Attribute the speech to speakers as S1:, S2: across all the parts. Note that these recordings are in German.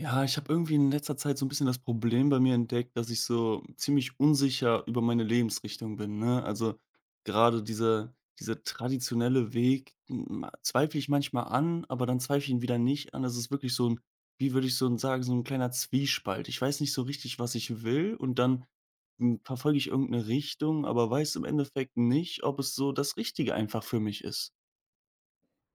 S1: Ja, ich habe irgendwie in letzter Zeit so ein bisschen das Problem bei mir entdeckt, dass ich so ziemlich unsicher über meine Lebensrichtung bin, ne? Also, gerade dieser traditionelle Weg, zweifle ich manchmal an, aber dann zweifle ich ihn wieder nicht an. Das ist wirklich so ein, wie würde ich so 'n sagen, so ein kleiner Zwiespalt. Ich weiß nicht so richtig, was ich will, und dann verfolge ich irgendeine Richtung, aber weiß im Endeffekt nicht, ob es so das Richtige einfach für mich ist.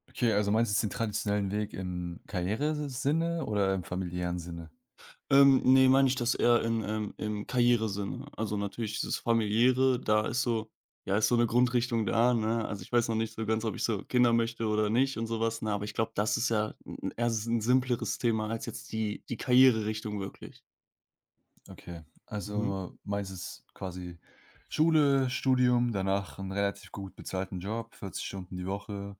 S2: Okay, also meinst du jetzt den traditionellen Weg im Karrieresinne oder im familiären Sinne?
S1: Ne, meine ich das eher im Karrieresinne. Also, natürlich dieses Familiäre, da ist so ja, ist so eine Grundrichtung da, ne? Also, ich weiß noch nicht so ganz, ob ich so Kinder möchte oder nicht und sowas, ne? Aber ich glaube, das ist ja 'n eher ein simpleres Thema als jetzt die Karriererichtung wirklich.
S2: Okay,
S1: Mhm.
S2: also meinst du es quasi Schule, Studium, danach einen relativ gut bezahlten Job, 40 Stunden die Woche,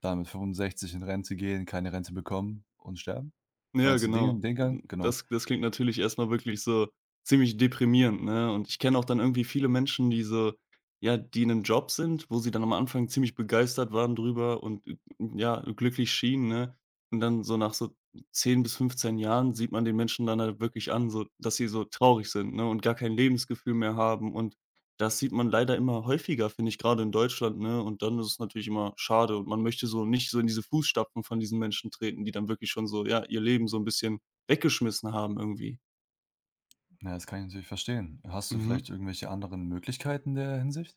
S2: dann mit 65 in Rente gehen, keine Rente bekommen und sterben?
S1: Ja,
S2: Meinst du den
S1: genau.
S2: den Gang? Genau.
S1: Das klingt natürlich erstmal wirklich so ziemlich deprimierend, ne? Und ich kenne auch dann irgendwie viele Menschen, die so ja, die in 'nem Job sind, wo sie dann am Anfang ziemlich begeistert waren drüber und, ja, glücklich schienen, ne? Und dann so nach so 10 bis 15 Jahren sieht man den Menschen dann halt wirklich an, so dass sie so traurig sind, ne, und gar kein Lebensgefühl mehr haben, und das sieht man leider immer häufiger, finde ich, gerade in Deutschland, ne? Und dann ist es natürlich immer schade, und man möchte so nicht so in diese Fußstapfen von diesen Menschen treten, die dann wirklich schon so, ja, ihr Leben so ein bisschen weggeschmissen haben irgendwie.
S2: Ja, das kann ich natürlich verstehen. Hast du vielleicht
S1: Mhm.
S2: irgendwelche anderen Möglichkeiten in der Hinsicht?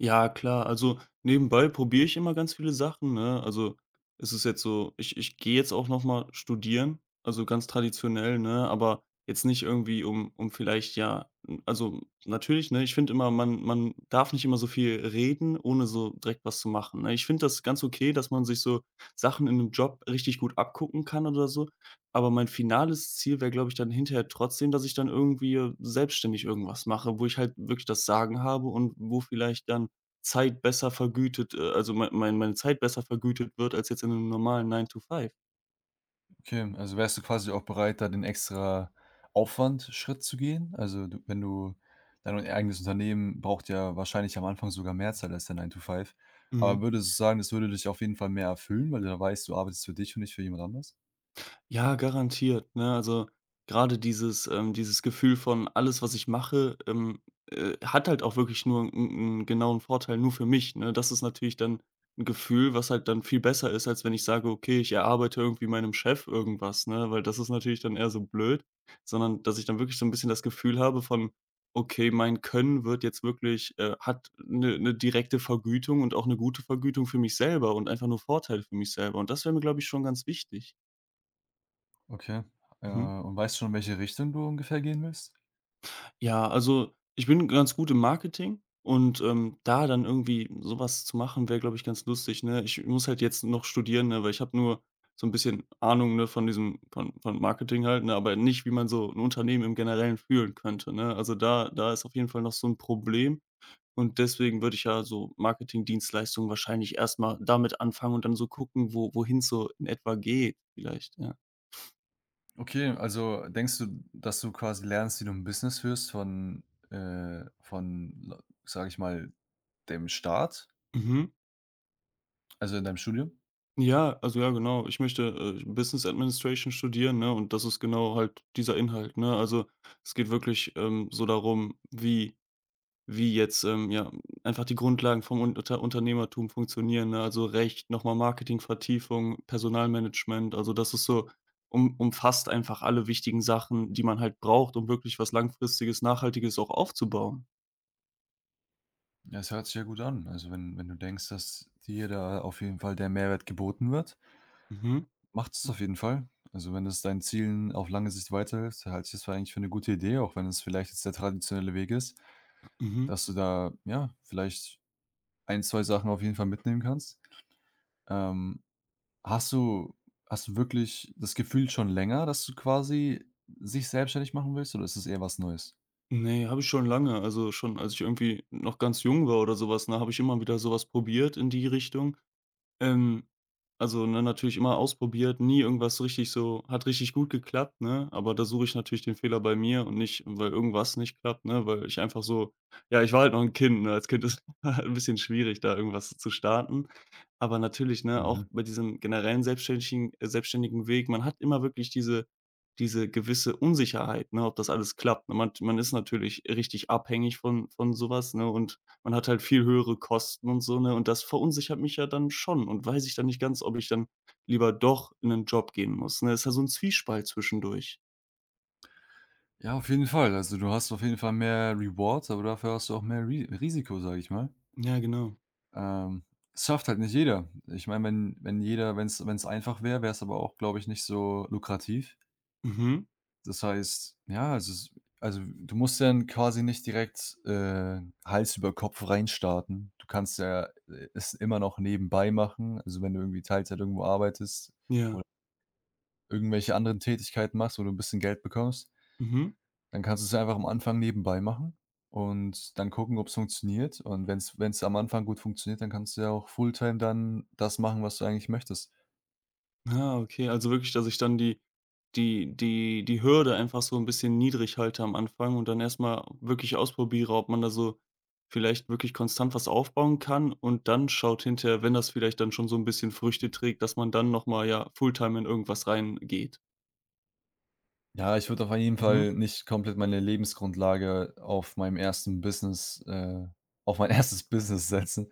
S1: Ja, klar. Also, nebenbei probiere ich immer ganz viele Sachen, ne? Also, es ist jetzt so, ich gehe jetzt auch noch mal studieren, also, ganz traditionell, ne, aber jetzt nicht irgendwie, um vielleicht ja also, natürlich, ne, ich finde immer, man darf nicht immer so viel reden, ohne so direkt was zu machen, ne? Ich finde das ganz okay, dass man sich so Sachen in 'nem Job richtig gut abgucken kann oder so, aber mein finales Ziel wäre, glaube ich, dann hinterher trotzdem, dass ich dann irgendwie, selbstständig irgendwas mache, wo ich halt wirklich das Sagen habe und wo vielleicht dann Zeit besser vergütet also, meine Zeit besser vergütet wird als jetzt in 'nem normalen Nine to Five.
S2: Okay, also wärst du quasi auch bereit, da den extra Aufwandschritt zu gehen? Also, du wenn du dein eigenes Unternehmen braucht ja wahrscheinlich am Anfang sogar mehr Zeit als der Nine to Five. Aber
S1: Mhm.
S2: würdest du sagen, das würde dich auf jeden Fall mehr erfüllen, weil du da weißt, du arbeitest für dich und nicht für jemand anders?
S1: Ja, garantiert, ne? Also, gerade dieses dieses Gefühl von alles, was ich mache, hat halt auch wirklich nur einen genauen Vorteil nur für mich, ne? Das ist natürlich dann ein Gefühl, was halt dann viel besser ist, als wenn ich sage: „Okay, ich erarbeite irgendwie meinem Chef irgendwas“, ne? Weil das ist natürlich dann eher so blöd, sondern dass ich dann wirklich so ein bisschen das Gefühl habe von: „Okay, mein Können wird jetzt wirklich hat eine 'ne direkte Vergütung und auch eine gute Vergütung für mich selber und einfach nur Vorteile für mich selber.“ Und das wäre mir, glaube ich, schon ganz wichtig.
S2: Okay. Äh,
S1: Mhm.
S2: und weißt du schon, in welche Richtung du ungefähr gehen willst?
S1: Ja, also, ich bin ganz gut im Marketing und, da dann irgendwie sowas zu machen, wäre, glaube ich, ganz lustig, ne? Ich muss halt jetzt noch studieren, ne, weil ich habe nur so ein bisschen Ahnung, ne, von diesem von Marketing halt, ne, aber nicht, wie man so ein Unternehmen im Generellen fühlen könnte, ne? Also, da ist auf jeden Fall noch so ein Problem, und deswegen würde ich ja so Marketingdienstleistungen wahrscheinlich erstmal damit anfangen und dann so gucken, wo wohin's so in etwa geht vielleicht, ja.
S2: Okay, also denkst du, dass du quasi lernst, wie du ein Business führst von, von, sage ich mal, dem Staat,
S1: Mhm.
S2: also in deinem Studium?
S1: Ja, also ja, genau. Ich möchte, Business Administration studieren, ne, und das ist genau halt dieser Inhalt, ne? Also, es geht wirklich, so darum, wie jetzt, ja, einfach die Grundlagen vom Unternehmertum funktionieren, ne? Also Recht, nochmal mal Marketingvertiefung, Personalmanagement. Also, das ist so um umfasst einfach alle wichtigen Sachen, die man halt braucht, um wirklich was Langfristiges, Nachhaltiges auch aufzubauen.
S2: Ja, es hört sich ja gut an. Also, wenn du denkst, dass dir da auf jeden Fall der Mehrwert geboten wird,
S1: Mhm,
S2: macht es auf jeden Fall. Also, wenn es deinen Zielen auf lange Sicht weiterhilft, halte ich das für eigentlich für eine gute Idee, auch wenn es vielleicht jetzt der traditionelle Weg ist,
S1: mhm.
S2: dass du da, ja, vielleicht ein 2 Sachen auf jeden Fall mitnehmen kannst. Ähm, hast du hast du wirklich das Gefühl schon länger, dass du quasi sich selbstständig machen willst oder ist es eher was Neues?
S1: Ne, habe ich schon lange. Also, schon als ich irgendwie noch ganz jung war oder sowas, was, ne, habe ich immer wieder sowas probiert in die Richtung. Ähm, also, ne, natürlich immer ausprobiert, nie irgendwas so richtig so hat richtig gut geklappt, ne? Aber da suche ich natürlich den Fehler bei mir und nicht, weil irgendwas nicht klappt, ne? Weil ich einfach so ja, ich war halt noch ein Kind, ne? Als Kind ist ein bisschen schwierig, da irgendwas zu starten. Aber natürlich, ne, auch
S2: Mhm.
S1: bei diesem generellen selbstständigen selbstständigen Weg, man hat immer wirklich diese gewisse Unsicherheit, ne, ob das alles klappt, ne? Man ist natürlich richtig abhängig von sowas, ne? Und man hat halt viel höhere Kosten und so, ne? Und das verunsichert mich ja dann schon, und weiß ich dann nicht ganz, ob ich dann lieber doch in 'nen Job gehen muss, ne? Ist ja so 'n Zwiespalt zwischendurch.
S2: Ja, auf jeden Fall. Also, du hast auf jeden Fall mehr Reward, aber dafür hast du auch mehr Ri Risiko, sage ich mal.
S1: Ja, genau.
S2: Ähm, es schafft halt nicht jeder. Ich meine, wenn wenn jeder wenn es wenn es einfach wäre, wäre es aber auch, glaube ich, nicht so lukrativ.
S1: Mhm.
S2: Das heißt, ja, es ist also, du musst ja dann quasi nicht direkt, Hals über Kopf reinstarten. Du kannst ja, es immer noch nebenbei machen. Also, wenn du irgendwie Teilzeit irgendwo arbeitest
S1: Ja.
S2: oder irgendwelche anderen Tätigkeiten machst, wo du ein bisschen Geld bekommst.
S1: Mhm.
S2: Dann kannst du es einfach am Anfang nebenbei machen und dann gucken, ob es funktioniert. Und wenn es am Anfang gut funktioniert, dann kannst du ja auch Fulltime dann das machen, was du eigentlich möchtest.
S1: Ah, okay. Also wirklich, dass ich dann die Hürde einfach so 'n bisschen niedrig halte am Anfang und dann erst mal wirklich ausprobiere, ob man da so vielleicht wirklich konstant was aufbauen kann und dann schaut hinterher, wenn das vielleicht dann schon so 'n bisschen Früchte trägt, dass man dann noch mal, ja, Fulltime in irgendwas reingeht.
S2: Ja, ich würde auf jeden
S1: Mhm.
S2: Fall nicht komplett meine Lebensgrundlage auf meinem ersten Business auf mein erstes Business setzen,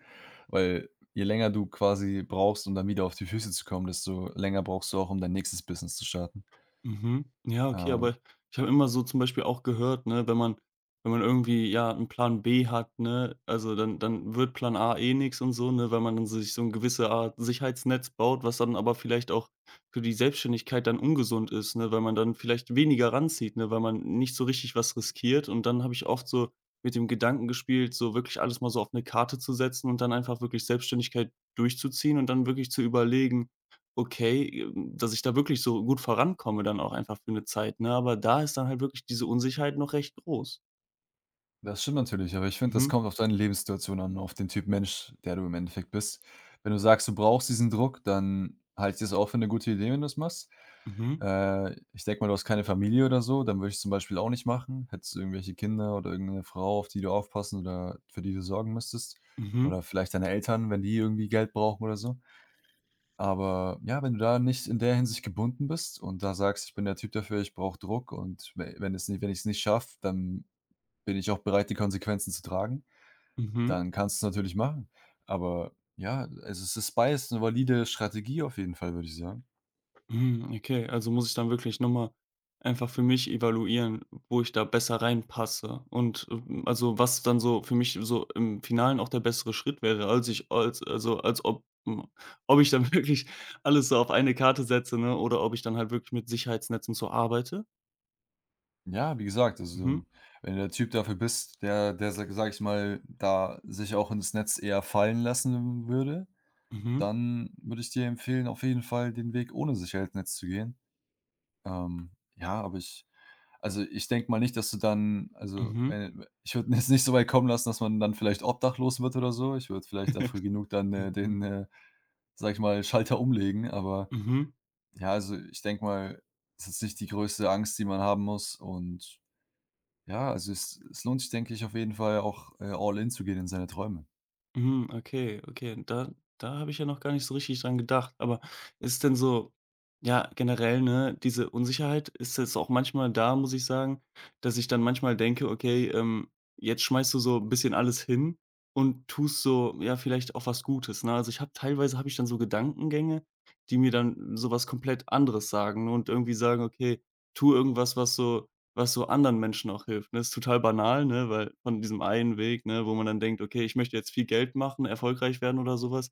S2: weil je länger du quasi brauchst, um dann wieder auf die Füße zu kommen, desto länger brauchst du auch, um dein nächstes Business zu starten.
S1: Mhm. Ja, okay,
S2: Ähm,
S1: aber ich habe immer so zum Beispiel auch gehört, ne, wenn man irgendwie, ja, einen Plan B hat, ne, also, dann wird Plan A eh nix und so, ne, weil man dann sich so eine gewisse Art Sicherheitsnetz baut, was dann aber vielleicht auch für die Selbstständigkeit dann ungesund ist, ne, weil man dann vielleicht weniger ranzieht, ne, weil man nicht so richtig was riskiert. Und dann habe ich oft so mit dem Gedanken gespielt, so wirklich alles mal so auf eine Karte zu setzen und dann einfach wirklich Selbstständigkeit durchzuziehen und dann wirklich zu überlegen, okay, dass ich da wirklich so gut vorankomme dann auch einfach für 'ne Zeit, ne? Aber da ist dann halt wirklich diese Unsicherheit noch recht groß.
S2: Das stimmt natürlich, aber ich finde, das
S1: Mhm,
S2: kommt auf deine Lebenssituation an, auf den Typ Mensch, der du im Endeffekt bist. Wenn du sagst, du brauchst diesen Druck, dann halte ich das auch für eine gute Idee, wenn du du's machst.
S1: mhm,
S2: Ich denke mal, du hast keine Familie oder so, dann würde ich's zum Beispiel auch nicht machen. Hättest du irgendwelche Kinder oder irgendeine Frau, auf die du aufpassen oder für die du sorgen müsstest
S1: mhm,
S2: oder vielleicht deine Eltern, wenn die irgendwie Geld brauchen oder so. Aber ja, wenn du da nicht in der Hinsicht gebunden bist und da sagst: „Ich bin der Typ dafür, ich brauche Druck und we wenn es nicht wenn ich's nicht schaffe, dann bin ich auch bereit, die Konsequenzen zu tragen,
S1: mhm,
S2: dann kannst du's natürlich machen. Aber ja, also es ist beides 'ne valide Strategie auf jeden Fall, würde ich sagen.
S1: mhm, okay. Also, muss ich dann wirklich noch mal einfach für mich evaluieren, wo ich da besser reinpasse und, also, was dann so für mich so im Finalen auch der bessere Schritt wäre, als ich als also, als ob ob ich dann wirklich alles so auf eine Karte setze, ne, oder ob ich dann halt wirklich mit Sicherheitsnetzen so arbeite.
S2: Ja, wie gesagt,
S1: Mhm,
S2: also, wenn du der Typ dafür bist, der, sa sage ich mal, da sich auch ins Netz eher fallen lassen würde,
S1: mhm,
S2: dann würde ich dir empfehlen, auf jeden Fall den Weg ohne Sicherheitsnetz zu gehen. Ähm, ja, aber ich also, ich denke mal nicht, dass du dann also,
S1: mhm.
S2: wenn ich würde es nicht so weit kommen lassen, dass man dann vielleicht obdachlos wird oder so. Ich würde vielleicht dafür genug dann, den, sage ich mal, Schalter umlegen. Aber
S1: Mhm,
S2: ja, also, ich denke mal, das ist nicht die größte Angst, die man haben muss. Und ja, also, es lohnt sich, denke ich, auf jeden Fall auch, all in zu gehen in seine Träume.
S1: mhm, okay, okay. Da da habe ich ja noch gar nicht so richtig dran gedacht. Aber ist denn so ja, generell, ne, diese Unsicherheit ist jetzt auch manchmal da, muss ich sagen, dass ich dann manchmal denke: „Okay, jetzt schmeißt du so 'n bisschen alles hin und tust so, ja, vielleicht auch was Gutes“, ne? Also, ich habe teilweise habe ich dann so Gedankengänge, die mir dann sowas komplett anderes sagen, ne, und irgendwie sagen: „Okay, tu irgendwas, was so anderen Menschen auch hilft“, ne? Ist total banal, ne, weil von diesem einen Weg, ne, wo man dann denkt: „Okay, ich möchte jetzt viel Geld machen, erfolgreich werden oder so was“,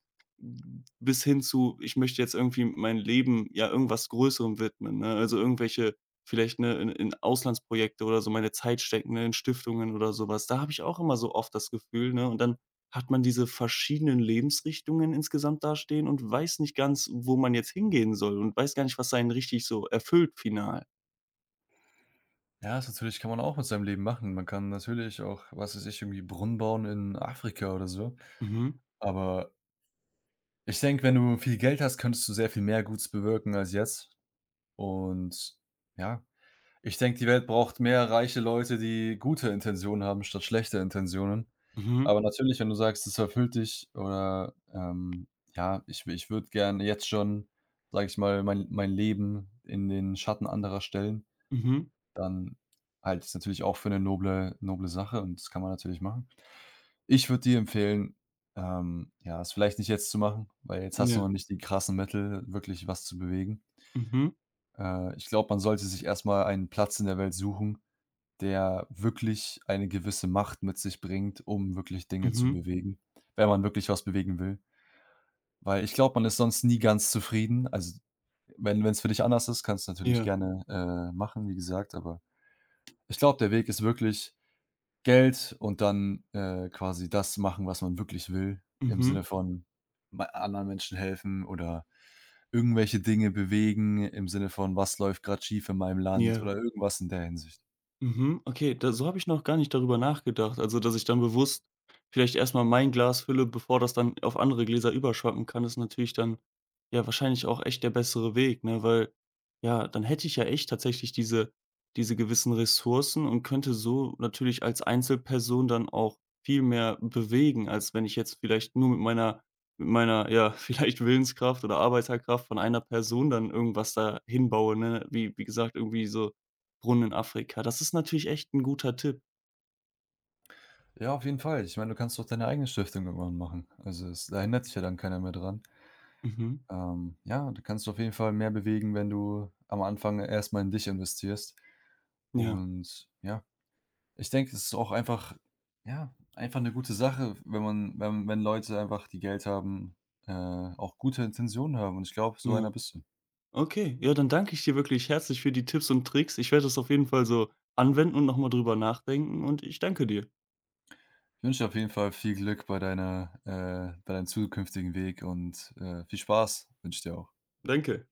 S1: bis hin zu: „Ich möchte jetzt irgendwie mein Leben, ja, irgendwas Größerem widmen“, ne? Also, irgendwelche vielleicht, ne, in Auslandsprojekte oder so meine Zeit stecken, ne, in Stiftungen oder so was. Da habe ich auch immer so oft das Gefühl, ne? Und dann hat man diese verschiedenen Lebensrichtungen insgesamt dastehen und weiß nicht ganz, wo man jetzt hingehen soll, und weiß gar nicht, was einen richtig so erfüllt final.
S2: Ja, das natürlich kann man auch mit seinem Leben machen. Man kann natürlich auch, was weiß ich, irgendwie Brunnen bauen in Afrika oder so.
S1: Mhm,
S2: Aber ich denke, wenn du viel Geld hast, könntest du sehr viel mehr Gutes bewirken als jetzt. Und ja, ich denke, die Welt braucht mehr reiche Leute, die gute Intentionen haben statt schlechte Intentionen.
S1: mhm.
S2: Aber natürlich, wenn du sagst, es erfüllt dich oder ja, ich würde gerne jetzt schon, sage ich mal, mein Leben in den Schatten anderer stellen,
S1: Mhm.
S2: dann halte ich's natürlich auch für 'ne noble Sache und das kann man natürlich machen. Ich würde dir empfehlen, ja, es vielleicht nicht jetzt zu machen, weil jetzt hast du
S1: Ja.
S2: noch nicht die krassen Mittel, wirklich was zu bewegen.
S1: Mhm.
S2: Ich glaube, man sollte sich erst mal einen Platz in der Welt suchen, der wirklich eine gewisse Macht mit sich bringt, um wirklich Dinge zu
S1: Mhm.
S2: bewegen, wenn man wirklich was bewegen will. Weil ich glaube, man ist sonst nie ganz zufrieden. Also, wenn wenn's für dich anders ist, kannst du natürlich
S1: Ja.
S2: gerne, machen, wie gesagt, aber ich glaube, der Weg ist wirklich Geld und dann, quasi das machen, was man wirklich will, im
S1: Mhm.
S2: Sinne von ma anderen Menschen helfen oder irgendwelche Dinge bewegen im Sinne von: „Was läuft gerade schief in meinem Land?“
S1: Ja.
S2: oder irgendwas in der Hinsicht.
S1: Mhm, okay, da so habe ich noch gar nicht darüber nachgedacht. Also, dass ich dann bewusst vielleicht erst mal mein Glas fülle, bevor das dann auf andere Gläser überschwappen kann, ist natürlich dann, ja, wahrscheinlich auch echt der bessere Weg, ne? Weil, ja, dann hätte ich ja echt tatsächlich diese diese gewissen Ressourcen und könnte so natürlich als Einzelperson dann auch viel mehr bewegen, als wenn ich jetzt vielleicht nur mit meiner, ja, vielleicht Willenskraft oder Arbeiterkraft von einer Person dann irgendwas da hinbaue, ne? Wie gesagt, irgendwie so Brunnen in Afrika. Das ist natürlich echt 'n guter Tipp.
S2: Ja, auf jeden Fall. Ich meine, du kannst doch deine eigene Stiftung irgendwann machen. Also, es da hindert sich ja dann keiner mehr dran.
S1: Mhm.
S2: Ja, du kannst auf jeden Fall mehr bewegen, wenn du am Anfang erst mal in dich investierst
S1: Ja,
S2: und ja. Ich denke, es ist auch einfach ja, einfach eine gute Sache, wenn man wenn wenn Leute einfach, die Geld haben, auch gute Intentionen haben und ich glaube, so einer
S1: ja.
S2: bist du.
S1: Okay, ja, dann danke ich dir wirklich herzlich für die Tipps und Tricks. Ich werde das auf jeden Fall so anwenden und noch mal drüber nachdenken, und ich danke dir.
S2: Ich wünsche dir auf jeden Fall viel Glück bei deiner bei deinem zukünftigen Weg und, viel Spaß wünsche ich dir auch.
S1: Danke.